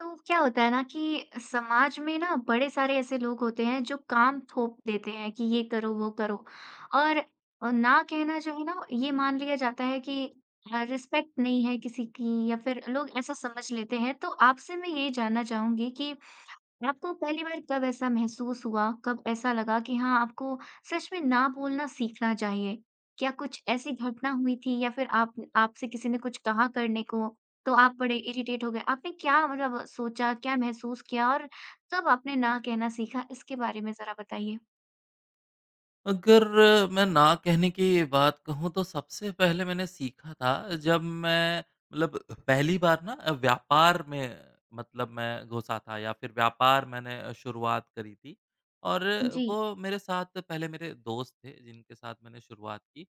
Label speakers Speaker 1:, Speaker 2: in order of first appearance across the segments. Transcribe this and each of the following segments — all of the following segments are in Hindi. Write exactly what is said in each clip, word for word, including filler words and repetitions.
Speaker 1: तो क्या होता है ना कि समाज में ना बड़े सारे ऐसे लोग होते हैं जो काम थोप देते हैं कि ये करो वो करो और अ, ना कहना जो है ना ये मान लिया जाता है कि रिस्पेक्ट नहीं है किसी की या फिर लोग ऐसा समझ लेते हैं। तो आपसे मैं ये जानना चाहूंगी कि आपको पहली बार कब ऐसा महसूस हुआ? कब ऐसा लगा कि हाँ, आपको सच में ना बोलना सीखना चाहिए? क्या कुछ ऐसी घटना हुई थी या फिर आप आपसे किसी ने कुछ कहा करने को, तो आप बड़े इरिटेट हो गए? आपने क्या मतलब सोचा, क्या महसूस किया और कब आपने ना कहना सीखा? इसके बारे में ज़रा बताइए।
Speaker 2: अगर मैं ना कहने की बात कहूँ तो सबसे पहले मैंने सीखा था जब मैं मतलब पहली बार ना अ, व्यापार में मतलब मैं घुसा था या फिर व्यापार मैंने अ, शुरुआत करी थी। और
Speaker 1: जी।
Speaker 2: वो मेरे साथ पहले मेरे दोस्त थे जिनके साथ मैंने शुरुआत की,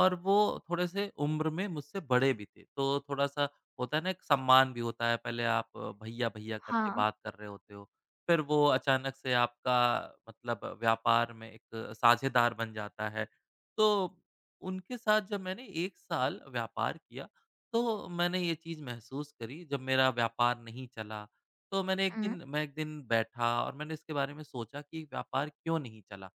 Speaker 2: और वो थोड़े से उम्र में मुझसे बड़े भी थे, तो थोड़ा सा होता है ना, एक सम्मान भी होता है, पहले आप अ, भैया भैया करके
Speaker 1: हाँ।
Speaker 2: बात कर रहे होते हो, फिर वो अचानक से आपका मतलब व्यापार में एक साझेदार बन जाता है। तो उनके साथ जब मैंने एक साल व्यापार किया, तो मैंने ये चीज़ महसूस करी जब मेरा व्यापार नहीं चला। तो मैंने एक
Speaker 1: हुँ।
Speaker 2: दिन मैं एक दिन बैठा और मैंने इसके बारे में सोचा कि व्यापार क्यों नहीं चला?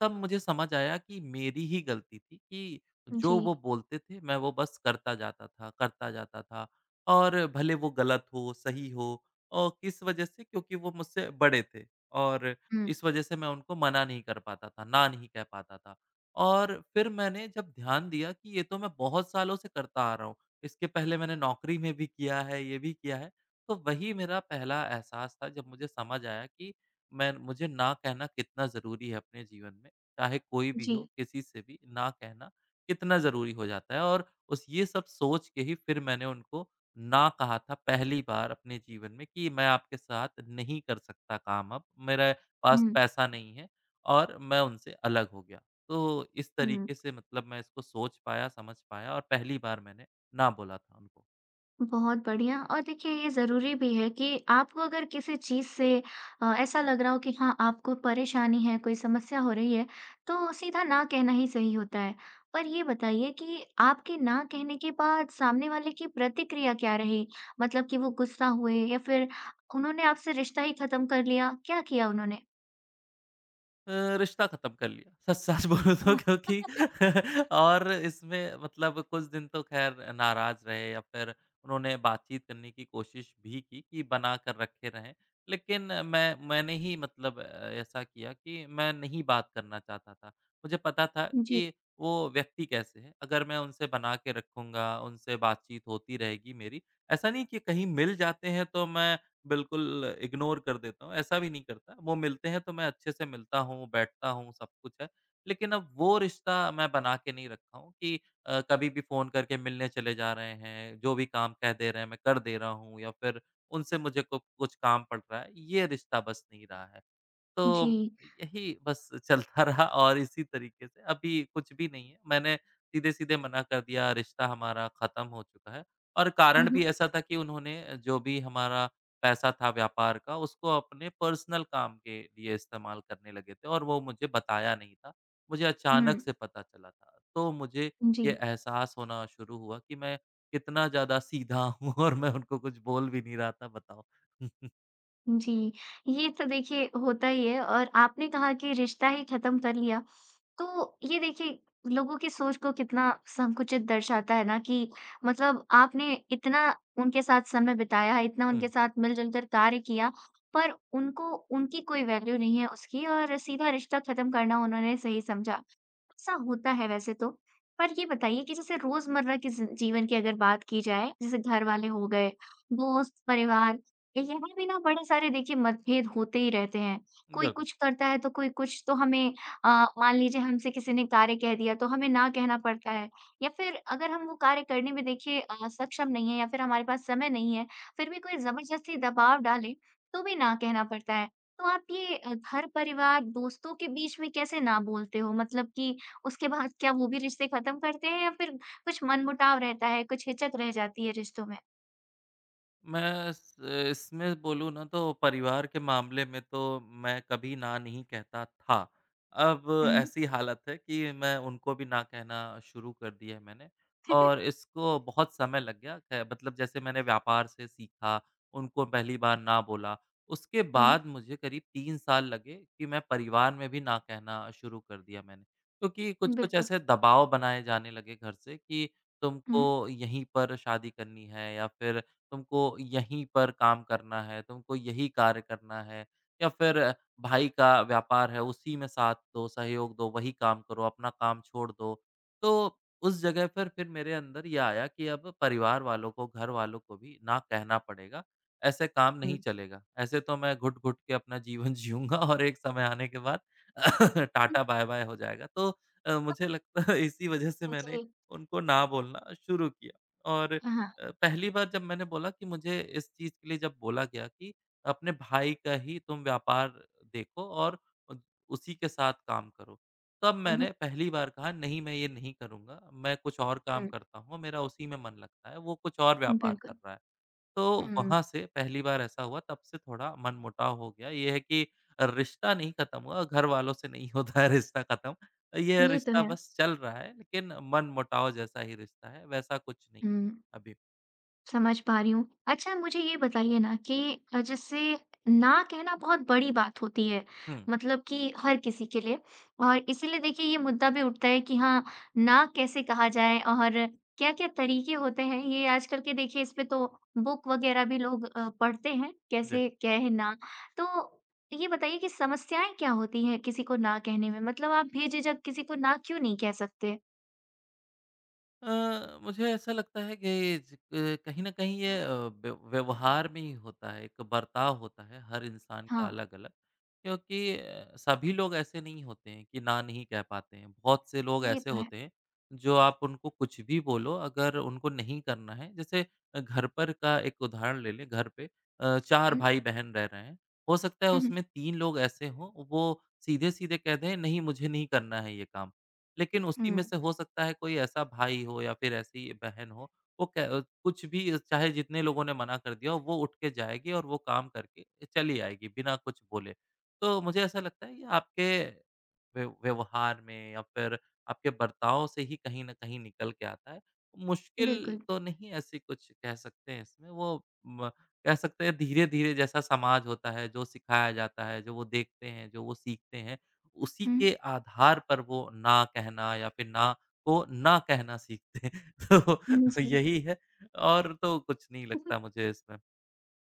Speaker 2: तब मुझे समझ आया कि मेरी ही गलती थी कि
Speaker 1: जी।
Speaker 2: जो वो बोलते थे मैं वो बस करता जाता था, करता जाता था, और भले वो गलत हो, सही हो, और किस वजह से, क्योंकि वो मुझसे बड़े थे और
Speaker 1: हुँ।
Speaker 2: इस वजह से मैं उनको मना नहीं कर पाता था, ना नहीं कह पाता था। और फिर मैंने जब ध्यान दिया कि ये तो मैं बहुत सालों से करता आ रहा हूँ, इसके पहले मैंने नौकरी में भी किया है, ये भी किया है, तो वही मेरा पहला एहसास था जब मुझे समझ आया कि मैं मुझे ना कहना कितना ज़रूरी है अपने जीवन में। चाहे कोई भी
Speaker 1: जी।
Speaker 2: हो, किसी से भी ना कहना कितना ज़रूरी हो जाता है, और उस ये सब सोच के ही फिर मैंने उनको ना कहा था पहली बार अपने जीवन में कि मैं आपके साथ नहीं कर सकता काम अब, मेरे पास
Speaker 1: हुँ।
Speaker 2: पैसा नहीं है, और मैं उनसे अलग हो गया। तो इस
Speaker 1: हुँ।
Speaker 2: तरीके से मतलब मैं इसको सोच पाया, समझ पाया और पहली बार मैंने ना बोला था उनको।
Speaker 1: बहुत बढ़िया। और देखिए ये ज़रूरी भी है कि आपको अगर किसी चीज़ से अ, ऐसा लग रहा हो कि हाँ आपको परेशानी है, कोई समस्या हो रही है, तो सीधा ना कहना ही सही होता है। पर ये बताइए कि आपके ना कहने के बाद सामने वाले की प्रतिक्रिया क्या रही? मतलब कि वो गुस्सा हुए या फिर उन्होंने आपसे रिश्ता ही खत्म कर लिया? क्या किया उन्होंने?
Speaker 2: अ, रिश्ता खत्म कर लिया, सच-सच बोलूँ तो, क्योंकि और इसमें मतलब कुछ दिन तो ख़ैर नाराज़ रहे, या फिर उन्होंने बातचीत करने की कोशिश भी की कि बना कर रखे रहें। लेकिन मैं मैंने ही मतलब अ, ऐसा किया कि मैं नहीं बात करना चाहता था। मुझे पता था
Speaker 1: जी,
Speaker 2: कि वो व्यक्ति कैसे हैं, अगर मैं उनसे बना के रखूँगा, उनसे बातचीत होती रहेगी मेरी, ऐसा नहीं कि कहीं मिल जाते हैं तो मैं बिल्कुल इग्नोर कर देता हूँ, ऐसा भी नहीं करता। वो मिलते हैं तो मैं अच्छे से मिलता हूँ, बैठता हूँ, सब कुछ है। लेकिन अब वो रिश्ता मैं बना के नहीं रखा हूँ कि अ, कभी भी फ़ोन करके मिलने चले जा रहे हैं, जो भी काम कह दे रहे हैं मैं कर दे रहा हूँ, या फिर उनसे मुझे कु कुछ काम पड़ रहा है, ये रिश्ता बस नहीं रहा है। तो
Speaker 1: जी।
Speaker 2: यही बस चलता रहा और इसी तरीके से अभी कुछ भी नहीं है। मैंने सीधे-सीधे मना कर दिया, रिश्ता हमारा ख़त्म हो चुका है, और
Speaker 1: हुँ,
Speaker 2: कारण भी
Speaker 1: हुँ।
Speaker 2: ऐसा था कि उन्होंने जो भी हमारा पैसा था व्यापार का, उसको अपने पर्सनल काम के लिए इस्तेमाल करने लगे थे और वो मुझे बताया नहीं था। मुझे अचानक से पता चला था। तो मुझे
Speaker 1: हुँ, जी।
Speaker 2: ये एहसास होना शुरू हुआ कि मैं कितना ज़्यादा सीधा हूँ, और मैं उनको कुछ बोल भी नहीं रहा था, बताओ।
Speaker 1: जी, ये तो देखिए होता ही है। और आपने कहा कि रिश्ता ही ख़त्म कर लिया, तो ये देखिए लोगों की सोच को कितना संकुचित दर्शाता है ना कि मतलब आपने इतना उनके साथ समय बिताया, इतना
Speaker 2: हुँ,
Speaker 1: उनके साथ मिल-जुल कर कार्य किया, पर उनको उनकी कोई वैल्यू नहीं है उसकी और सीधा रिश्ता ख़त्म करना उन्होंने सही समझा। ऐसा होता है वैसे तो, पर ये बताइए कि जैसे रोज़मर्रा के ज़ि जीवन की अगर बात की जाए, जैसे घर वाले हो गए, दोस्त, परिवार, यहाँ भी ना बड़े सारे देखिए मतभेद होते ही रहते हैं। कोई
Speaker 2: बिल्कुल।
Speaker 1: कुछ करता है तो कोई कुछ, तो हमें, अ, मान लीजिए हमसे किसी ने कार्य कह दिया तो हमें ना कहना पड़ता है या फिर अगर हम वो कार्य करने में देखिए अ, सक्षम नहीं है या फिर हमारे पास समय नहीं है, फिर भी कोई ज़बरदस्ती दबाव डाले तो भी ना कहना पड़ता है। तो आप ये अ, घर परिवार, दोस्तों के बीच में कैसे ना बोलते हो? मतलब कि उसके बाद क्या वो भी रिश्ते खत्म करते हैं या फिर कुछ मनमुटाव रहता है, कुछ हिचक रह जाती है रिश्तों में?
Speaker 2: मैं इस इसमें बोलूँ ना तो परिवार के मामले में तो मैं कभी ना नहीं कहता था। अब
Speaker 1: हुँ।
Speaker 2: ऐसी हालत है कि मैं उनको भी ना कहना शुरू कर दिया है मैंने, और इसको बहुत समय लग गया। ख़ैर मतलब जैसे मैंने व्यापार से सीखा, उनको पहली बार ना बोला, उसके
Speaker 1: हुँ,
Speaker 2: बाद मुझे करीब तीन साल लगे कि मैं परिवार में भी ना कहना शुरू कर दिया मैंने। क्योंकि कुछ-कुछ
Speaker 1: बिल्कुल।
Speaker 2: ऐसे दबाव बनाए जाने लगे घर से कि तुमको
Speaker 1: हुँ।
Speaker 2: यहीं पर शादी करनी है, या फिर तुमको यहीं पर काम करना है, तुमको यही कार्य करना है। या फिर भाई का व्यापार है, उसी में साथ दो, सहयोग दो, वही काम करो, अपना काम छोड़ दो। तो उस जगह पर फिर मेरे अंदर ये आया कि अब परिवार वालों को, घर वालों को भी ना कहना पड़ेगा, ऐसे काम
Speaker 1: हुँ।
Speaker 2: नहीं चलेगा। ऐसे तो मैं घुट-घुट के अपना जीवन जिऊँगा और एक समय आने के बाद टाटा बाय-बाय हो जाएगा। तो अ, मुझे लगता है इसी वजह से मैंने
Speaker 1: जी।
Speaker 2: उनको ना बोलना शुरू किया, और अ,
Speaker 1: हाँ, हाँ।
Speaker 2: पहली बार जब मैंने बोला कि मुझे इस चीज़ के लिए जब बोला गया कि अपने भाई का ही तुम व्यापार देखो, और उ उसी के साथ काम करो। तब
Speaker 1: हुँ, हुँ,
Speaker 2: मैंने पहली बार कहा नहीं मैं ये नहीं करूँगा, मैं कुछ और काम
Speaker 1: हुँ।
Speaker 2: करता हूँ, मेरा उसी में मन लगता है, वो कुछ और व्यापार कर
Speaker 1: बिल्कुल।
Speaker 2: रहा है। तो
Speaker 1: हुँ,
Speaker 2: वहाँ से पहली बार ऐसा हुआ तब से थोड़ा मनमुटाव हो गया। ये है कि रिश्ता नहीं खत्म हुआ, घरवालों से नहीं होता है रिश्ता खत्म। ये
Speaker 1: ये तो
Speaker 2: रिश्ता
Speaker 1: है।
Speaker 2: बस चल रहा है लेकिन मनमुटाव जैसा ही रिश्ता है, वैसा कुछ नहीं
Speaker 1: हुँ।
Speaker 2: अभी।
Speaker 1: समझ पा रही हूँ। अच्छा मुझे ये बताइए ना कि अ, जैसे ना कहना बहुत बड़ी बात होती है,
Speaker 2: हुँ,
Speaker 1: मतलब कि हर किसी के लिए। और इसीलिए देखिए ये मुद्दा भी उठता है कि हाँ, ना कैसे कहा जाए और क्या-क्या तरीके होते हैं, ये आजकल के देखिए इस पे तो बुक वगैरह भी लोग अ, पढ़ते हैं,
Speaker 2: जी।
Speaker 1: कैसे कहें ना। तो ये बताइए कि समस्याएँ क्या होती हैं किसी को ना कहने में? मतलब आप बेझिझक किसी को ना क्यों नहीं कह सकते?
Speaker 2: अ, मुझे ऐसा लगता है कि ज अ, कहीं न कहीं ये अ, व्य व्यवहार में ही होता है, एक बर्ताव होता है हर इंसान का
Speaker 1: हाँ,
Speaker 2: अलग-अलग। क्योंकि अ, सभी लोग ऐसे नहीं होते हैं कि ना नहीं कह पाते हैं। बहुत से लोग
Speaker 1: ये
Speaker 2: ऐसे
Speaker 1: तो है।
Speaker 2: होते हैं, जो आप उनको कुछ भी बोलो अगर उनको नहीं करना है, जैसे अ, घर पर का एक उदाहरण ले लें, घर पे अ, चार
Speaker 1: हुँ।
Speaker 2: भाई-बहन रह रहे हैं। हो सकता है
Speaker 1: हुँ, हुँ।
Speaker 2: उसमें तीन लोग ऐसे हों, वो सीधे-सीधे कह दें नहीं मुझे नहीं करना है ये काम। लेकिन उसी
Speaker 1: हुँ।
Speaker 2: में से हो सकता है कोई ऐसा भाई हो या फिर ऐसी बहन हो, वो क कुछ भी चाहे जितने लोगों ने मना कर दिया हो, वो उठ के जाएगी और वो काम करके चली आएगी बिना कुछ बोले। तो मुझे ऐसा लगता है ये आपके व्यव व्यवहार में या फिर आपके बर्ताव से ही कहीं न कहीं निकल के आता है। मुश्किल
Speaker 1: बिल्कुल।
Speaker 2: तो नहीं ऐसी कुछ कह सकते हैं, इसमें वो म कह सकते हैं धीरे-धीरे जैसा समाज होता है, जो सिखाया जाता है, जो वो देखते हैं, जो वो सीखते हैं, उसी
Speaker 1: हुँ।
Speaker 2: के आधार पर वो ना कहना या फिर ना को ना कहना सीखते हैं।
Speaker 1: हुँ,
Speaker 2: तो
Speaker 1: जी।
Speaker 2: यही है, और तो कुछ नहीं लगता मुझे इसमें।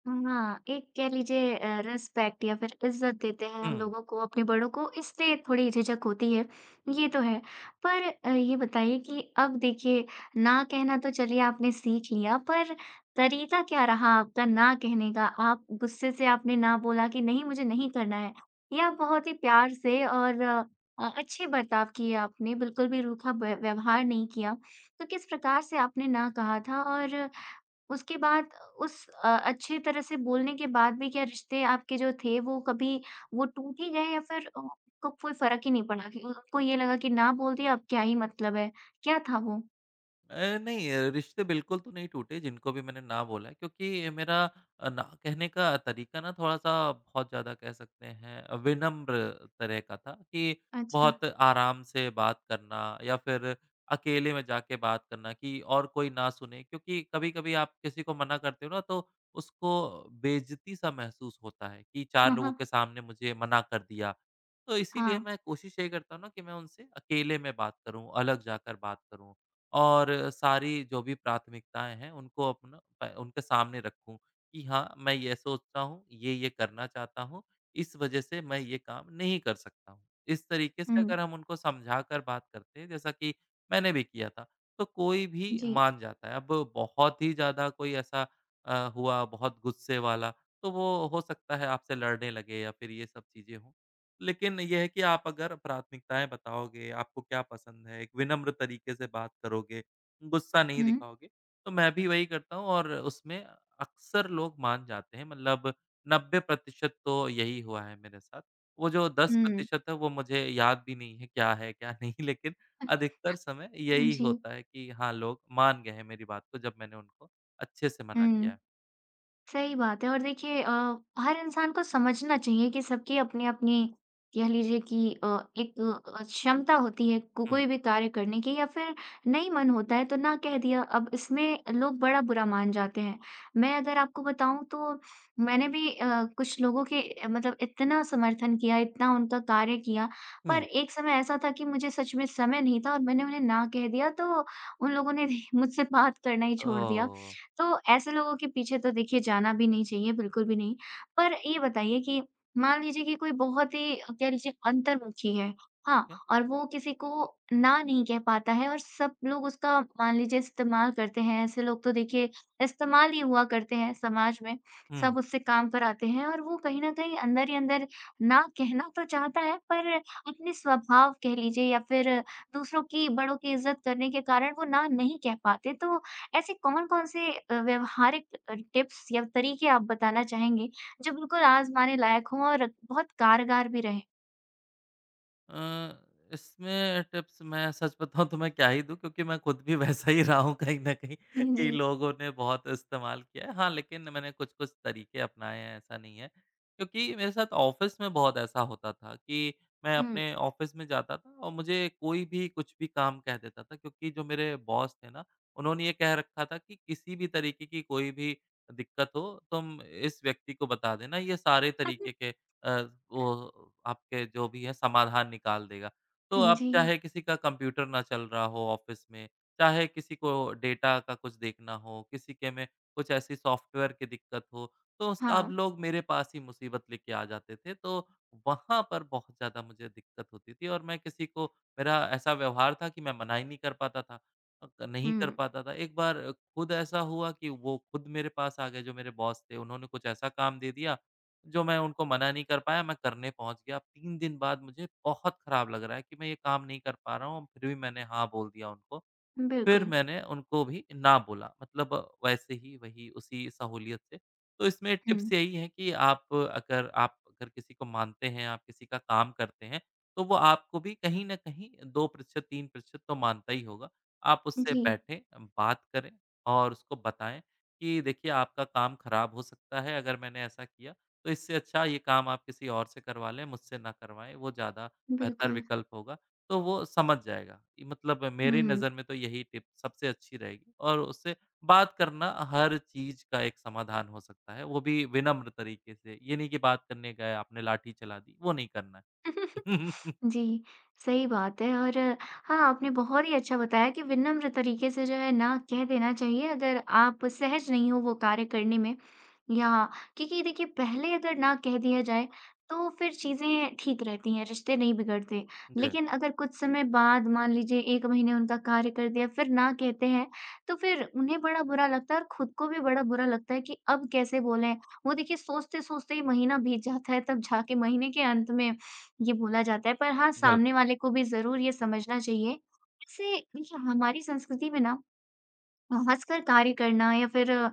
Speaker 1: हाँ, एक कह लीजिए अ, रिस्पेक्ट या फिर इज़्ज़त देते हैं
Speaker 2: हुँ।
Speaker 1: हम लोगों को, अपने बड़ों को, इससे थोड़ी झिझक होती है, ये तो है। पर अ, ये बताइए कि अब देखिए ना कहना तो चलिए आपने सीख लिया, पर तरीका क्या रहा आपका ना कहने का? आप गुस्से से आपने ना बोला कि नहीं मुझे नहीं करना है या बहुत ही प्यार से और अ, अच्छे बर्ताव किए आपने, बिल्कुल भी रूखा व्य व्यवहार नहीं किया। तो किस प्रकार से आपने ना कहा था और उसके बाद उस अ, अच्छी तरह से बोलने के बाद भी क्या रिश्ते आपके जो थे वो कभी वो टूट ही गए या फिर, अ, आपको कोई फ़र्क ही नहीं पड़ा कि उनको ये लगा कि ना बोल दिया अब क्या ही मतलब है? क्या था वो?
Speaker 2: अ, नहीं, अ, रिश्ते बिल्कुल तो नहीं टूटे जिनको भी मैंने ना बोला है, क्योंकि मेरा अ, ना कहने का तरीका ना थोड़ा-सा, बहुत ज़्यादा कह सकते हैं, अ, विनम्र तरह का था कि
Speaker 1: अच्छा।
Speaker 2: बहुत आराम से बात करना, या फिर अकेले में जाके बात करना कि और कोई ना सुने, क्योंकि कभी-कभी आप किसी को मना करते हो ना तो उसको बेइज़्ज़ती-सा महसूस होता है कि चार
Speaker 1: हाँ,
Speaker 2: लोगों
Speaker 1: हाँ।
Speaker 2: के सामने मुझे मना कर दिया। तो इसीलिए
Speaker 1: हाँ।
Speaker 2: मैं कोशिश यही करता हूँ ना कि मैं उनसे अकेले में बात करूँ, अलग जाकर बात करूँ। और सारी जो भी प्राथमिकताएँ हैं उनको अपना प उनके सामने रखूँ कि हाँ, मैं ये सोचता हूँ, ये, ये करना चाहता हूँ, इस वजह से मैं ये काम नहीं कर सकता हूँ। इस तरीके से
Speaker 1: हुँ।
Speaker 2: अगर हम उनको समझाकर बात करते हैं, जैसा कि मैंने भी किया था, तो कोई भी
Speaker 1: जी।
Speaker 2: मान जाता है। अब बहुत ही ज़्यादा कोई ऐसा अ, हुआ बहुत गुस्से वाला, तो वो हो सकता है आपसे लड़ने लगे या फिर ये सब चीज़ें हों। लेकिन ये है कि आप अगर प्राथमिकताएँ बताओगे, आपको क्या पसंद है, एक विनम्र तरीके से बात करोगे, गुस्सा नहीं
Speaker 1: हुँ।
Speaker 2: दिखाओगे, तो मैं भी वही करता हूँ, और उसमें अक्सर लोग मान जाते हैं, मतलब नब्बे प्रतिशत तो यही हुआ है मेरे साथ। वो जो
Speaker 1: हुँ।
Speaker 2: दस प्रतिशत है वो मुझे याद भी नहीं है क्या है, क्या नहीं, लेकिन अधिकतर समय यही
Speaker 1: जी।
Speaker 2: होता है कि हाँ, लोग मान गए हैं मेरी बात को जब मैंने उनको अच्छे से
Speaker 1: हुँ।
Speaker 2: मना किया है।
Speaker 1: सही बात है। और देखिए अ, हर इंसान को समझना चाहिए कि सबकी अपनी-अपनी कह लीजिए कि अ, एक अ, क्षमता होती है को
Speaker 2: हुँ।
Speaker 1: कोई भी कार्य करने की या फिर नहीं मन होता है तो ना कह दिया। अब इसमें लोग बड़ा बुरा मान जाते हैं। मैं अगर आपको बताऊँ तो मैंने भी अ, कुछ लोगों के अ, मतलब इतना समर्थन किया, इतना उनका कार्य किया, पर
Speaker 2: हुँ।
Speaker 1: एक समय ऐसा था कि मुझे सच में समय नहीं था और मैंने उन्हें ना कह दिया तो उन लोगों ने मुझसे बात करना ही छोड़ दिया।
Speaker 2: ओह!
Speaker 1: तो ऐसे लोगों के पीछे तो देखिए जाना भी नहीं चाहिए, बिल्कुल भी नहीं। पर ये बताइए कि मान लीजिए कि कोई बहुत ही अ, कह लीजिए अंतर्मुखी है,
Speaker 2: ठीक
Speaker 1: हाँ,
Speaker 2: है।
Speaker 1: और वो किसी को ना नहीं कह पाता है और सब लोग उसका मान लीजिए इस्तेमाल करते हैं, ऐसे लोग तो देखिए इस्तेमाल ही हुआ करते हैं समाज में, सब
Speaker 2: हुँ।
Speaker 1: उससे काम कराते हैं और वो कहीं न कहीं अंदर ही अंदर ना कहना तो चाहता है पर अपने स्वभाव कह लीजिए या फिर दूसरों की बड़ों की इज़्ज़त करने के कारण वो ना नहीं कह पाते। तो ऐसे कौन-कौन से अ, व्यावहारिक अ, टिप्स या तरीके आप बताना चाहेंगे, जो बिल्कुल आज़माने लायक हों और बहुत कारगर भी रहें?
Speaker 2: अ, इसमें टिप्स मैं सच बताऊँ तो मैं क्या ही दूँ, क्योंकि मैं खुद भी वैसा ही रहा हूँ कहीं न कहीं
Speaker 1: हुँ,
Speaker 2: कि
Speaker 1: जी।
Speaker 2: लोगों ने बहुत इस्तेमाल किया है। हाँ, लेकिन मैंने कुछ-कुछ तरीके अपनाए हैं, ऐसा नहीं है। क्योंकि मेरे साथ ऑफ़िस में बहुत ऐसा होता था कि मैं
Speaker 1: हुँ।
Speaker 2: अपने ऑफ़िस में जाता था और मुझे कोई भी कुछ भी काम कह देता था, क्योंकि जो मेरे बॉस थे ना, उन्होंने ये कह रखा था कि किसी भी तरीके की कोई भी दिक्कत हो, तुम इस व्यक्ति को बता देना, ये सारे तरीके के अ, वो आपके जो भी है समाधान निकाल देगा। तो अब
Speaker 1: जी,
Speaker 2: चाहे किसी का कंप्यूटर ना चल रहा हो ऑफ़िस में, चाहे किसी को डेटा का कुछ देखना हो, किसी के में कुछ ऐसी सॉफ्टवेयर की दिक्कत हो, तो सब
Speaker 1: हाँ।
Speaker 2: लोग मेरे पास ही मुसीबत लेके आ जाते थे। तो वहाँ पर बहुत ज़्यादा मुझे दिक्कत होती थी, और मैं किसी को मेरा ऐसा व्यवहार था कि मैं मना ही नहीं कर पाता था अ, नहीं कर
Speaker 1: हुँ,
Speaker 2: पाता था। एक बार खुद ऐसा हुआ कि वो खुद मेरे पास आ गए जो मेरे बॉस थे, उन्होंने कुछ ऐसा काम दे दिया जो मैं उनको मना नहीं कर पाया, मैं करने पहुँच गया। तीन दिन बाद मुझे बहुत खराब लग रहा है कि मैं ये काम नहीं कर पा रहा हूँ, फिर भी मैंने हाँ बोल दिया उनको। फिर
Speaker 1: बिल्कुल।
Speaker 2: मैंने उनको भी ना बोला, मतलब वैसे ही वही उसी सहूलियत से। तो इसमें
Speaker 1: हुँ।
Speaker 2: टिप्स यही है कि आप अगर आप अगर किसी को मानते हैं, आप किसी का काम करते हैं, तो वो आपको भी कहीं न कहीं दो प्रतिशत तीन प्रतिशत तो मानता ही होगा। आप उससे
Speaker 1: जी,
Speaker 2: बैठें, बात करें और उसको बताएँ कि देखिए आपका काम खराब हो सकता है अगर मैंने ऐसा किया, तो इससे अच्छा ये काम आप किसी और से करवा लें, मुझसे ना करवाएँ, वो ज़्यादा बेहतर
Speaker 1: बिल्कुल।
Speaker 2: विकल्प होगा। तो वो समझ जाएगा। ये मतलब मेरी
Speaker 1: हुँ।
Speaker 2: नज़र में तो यही टिप सबसे अच्छी रहेगी, और उससे बात करना हर चीज़ का एक समाधान हो सकता है, वो भी विनम्र तरीके से। ये नहीं कि बात करने गए, आपने लाठी चला दी, वो नहीं करना है।
Speaker 1: जी, सही बात है। और हाँ, आपने बहुत ही अच्छा बताया कि विनम्र तरीके से जो है ना कह देना चाहिए अगर आप सहज नहीं हो वो कार्य करने में, या क्योंकि देखिए पहले अगर ना कह दिया जाए तो फिर चीज़ें ठीक रहती हैं, रिश्ते नहीं बिगड़ते।
Speaker 2: जी,
Speaker 1: लेकिन अगर कुछ समय बाद मान लीजिए एक महीने उनका कार्य कर दिया फिर ना कहते हैं, तो फिर उन्हें बड़ा बुरा लगता है और खुद को भी बड़ा बुरा लगता है कि अब कैसे बोलें? वो देखिए सोचते-सोचते ही महीना बीत जाता है, तब जाके महीने के अंत में ये बोला जाता है, पर हाँ, सामने
Speaker 2: बिल्कुल।
Speaker 1: वाले को भी ज़रूर ये समझना चाहिए। वैसे देखिए, हमारी संस्कृति में ना, हँसकर कार्य करना या फिर अ,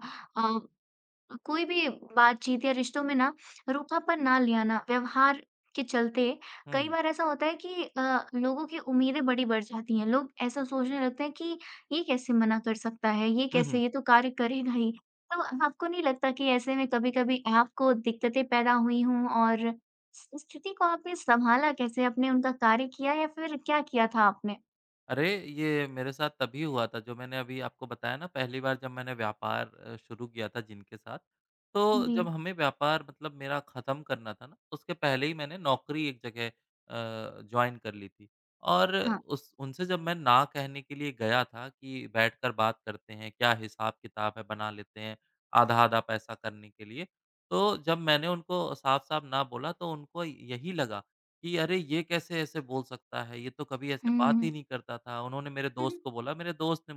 Speaker 1: कोई भी बातचीत या रिश्तों में ना रूखापन ना ले आना। व्यवहार के चलते
Speaker 2: हुँ,
Speaker 1: कई
Speaker 2: हुँ।
Speaker 1: बार ऐसा होता है कि अ, लोगों की उम्मीदें बड़ी बढ़ जाती हैं। लोग ऐसा सोचने लगते हैं कि ये कैसे मना कर सकता है, ये
Speaker 2: हुँ,
Speaker 1: कैसे,
Speaker 2: हुँ।
Speaker 1: ये तो कार्य करेगा ही। तो आपको नहीं लगता कि ऐसे में कभी-कभी आपको दिक्कतें पैदा हुई हों? और इस स्थिति को आपने सँभाला कैसे? आपने उनका कार्य किया या फिर क्या किया था आपने?
Speaker 2: अरे! ये मेरे साथ तभी हुआ था जो मैंने अभी आपको बताया ना पहली बार जब मैंने व्यापार अ, शुरू किया था जिनके साथ, तो
Speaker 1: जी।
Speaker 2: जब हमें व्यापार मतलब मेरा ख़त्म करना था ना, उसके पहले ही मैंने नौकरी एक जगह अ, जॉइन कर ली थी। और
Speaker 1: हाँ।
Speaker 2: उस उनसे जब मैं ना कहने के लिए गया था कि बैठकर बात करते हैं, क्या हिसाब-किताब है बना लेते हैं, आधा-आधा पैसा करने के लिए। तो जब मैंने उनको साफ-साफ ना बोला तो उनको यही लगा कि अरे! ये कैसे ऐसे बोल सकता है? ये तो कभी ऐसे बात
Speaker 1: हुँ।
Speaker 2: ही नहीं करता था। उन्होंने मेरे दोस्त को बोला, मेरे दोस्त ने,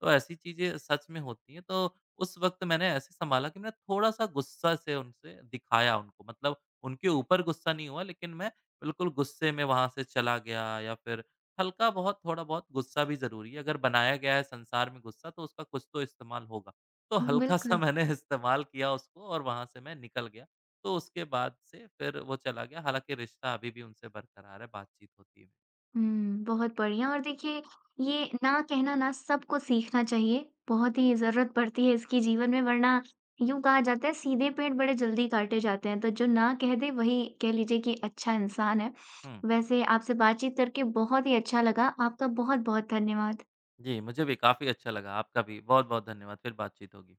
Speaker 2: तो ऐसी चीज़ें सच में होती हैं, तो उस वक़्त मैंने ऐसे सँभाला कि मैं थोड़ा-सा गुस्सा से उनसे दिखाया उनको, मतलब उनके ऊपर गुस्सा नहीं हुआ लेकिन मैं बिल्कुल गुस्से में वहाँ से चला गया, या फिर हल्का बहुत थोड़ा-बहुत गुस्सा भी ज़रूरी है, अगर बनाया गया है संसार में गुस्सा तो उसका कुछ तो इस्तेमाल होगा। तो हल्का-सा
Speaker 1: बिल्कुल।
Speaker 2: मैंने इस्तेमाल किया उसको, और वहाँ से मैं निकल गया, तो उसके बाद से फिर वो चला गया, हालाँकि रिश्ता अभी भी उनसे बरकरार है, बातचीत होती है।
Speaker 1: हुँ, बहुत बढ़िया। और देखिए ये ना कहना ना सबको सीखना चाहिए, बहुत ही ज़रूरत पड़ती है इसकी जीवन में। वरना यूँ कहा जाता है सीधे पेड़ बड़े जल्दी काटे जाते हैं, तो जो ना कह दे वही कह लीजिए कि अच्छा इंसान है।
Speaker 2: हुँ,
Speaker 1: वैसे आपसे बातचीत करके बहुत ही अच्छा लगा, आपका बहुत-बहुत धन्यवाद।
Speaker 2: जी, मुझे भी काफ़ी अच्छा लगा, आपका भी बहुत-बहुत धन्यवाद, फिर बातचीत होगी।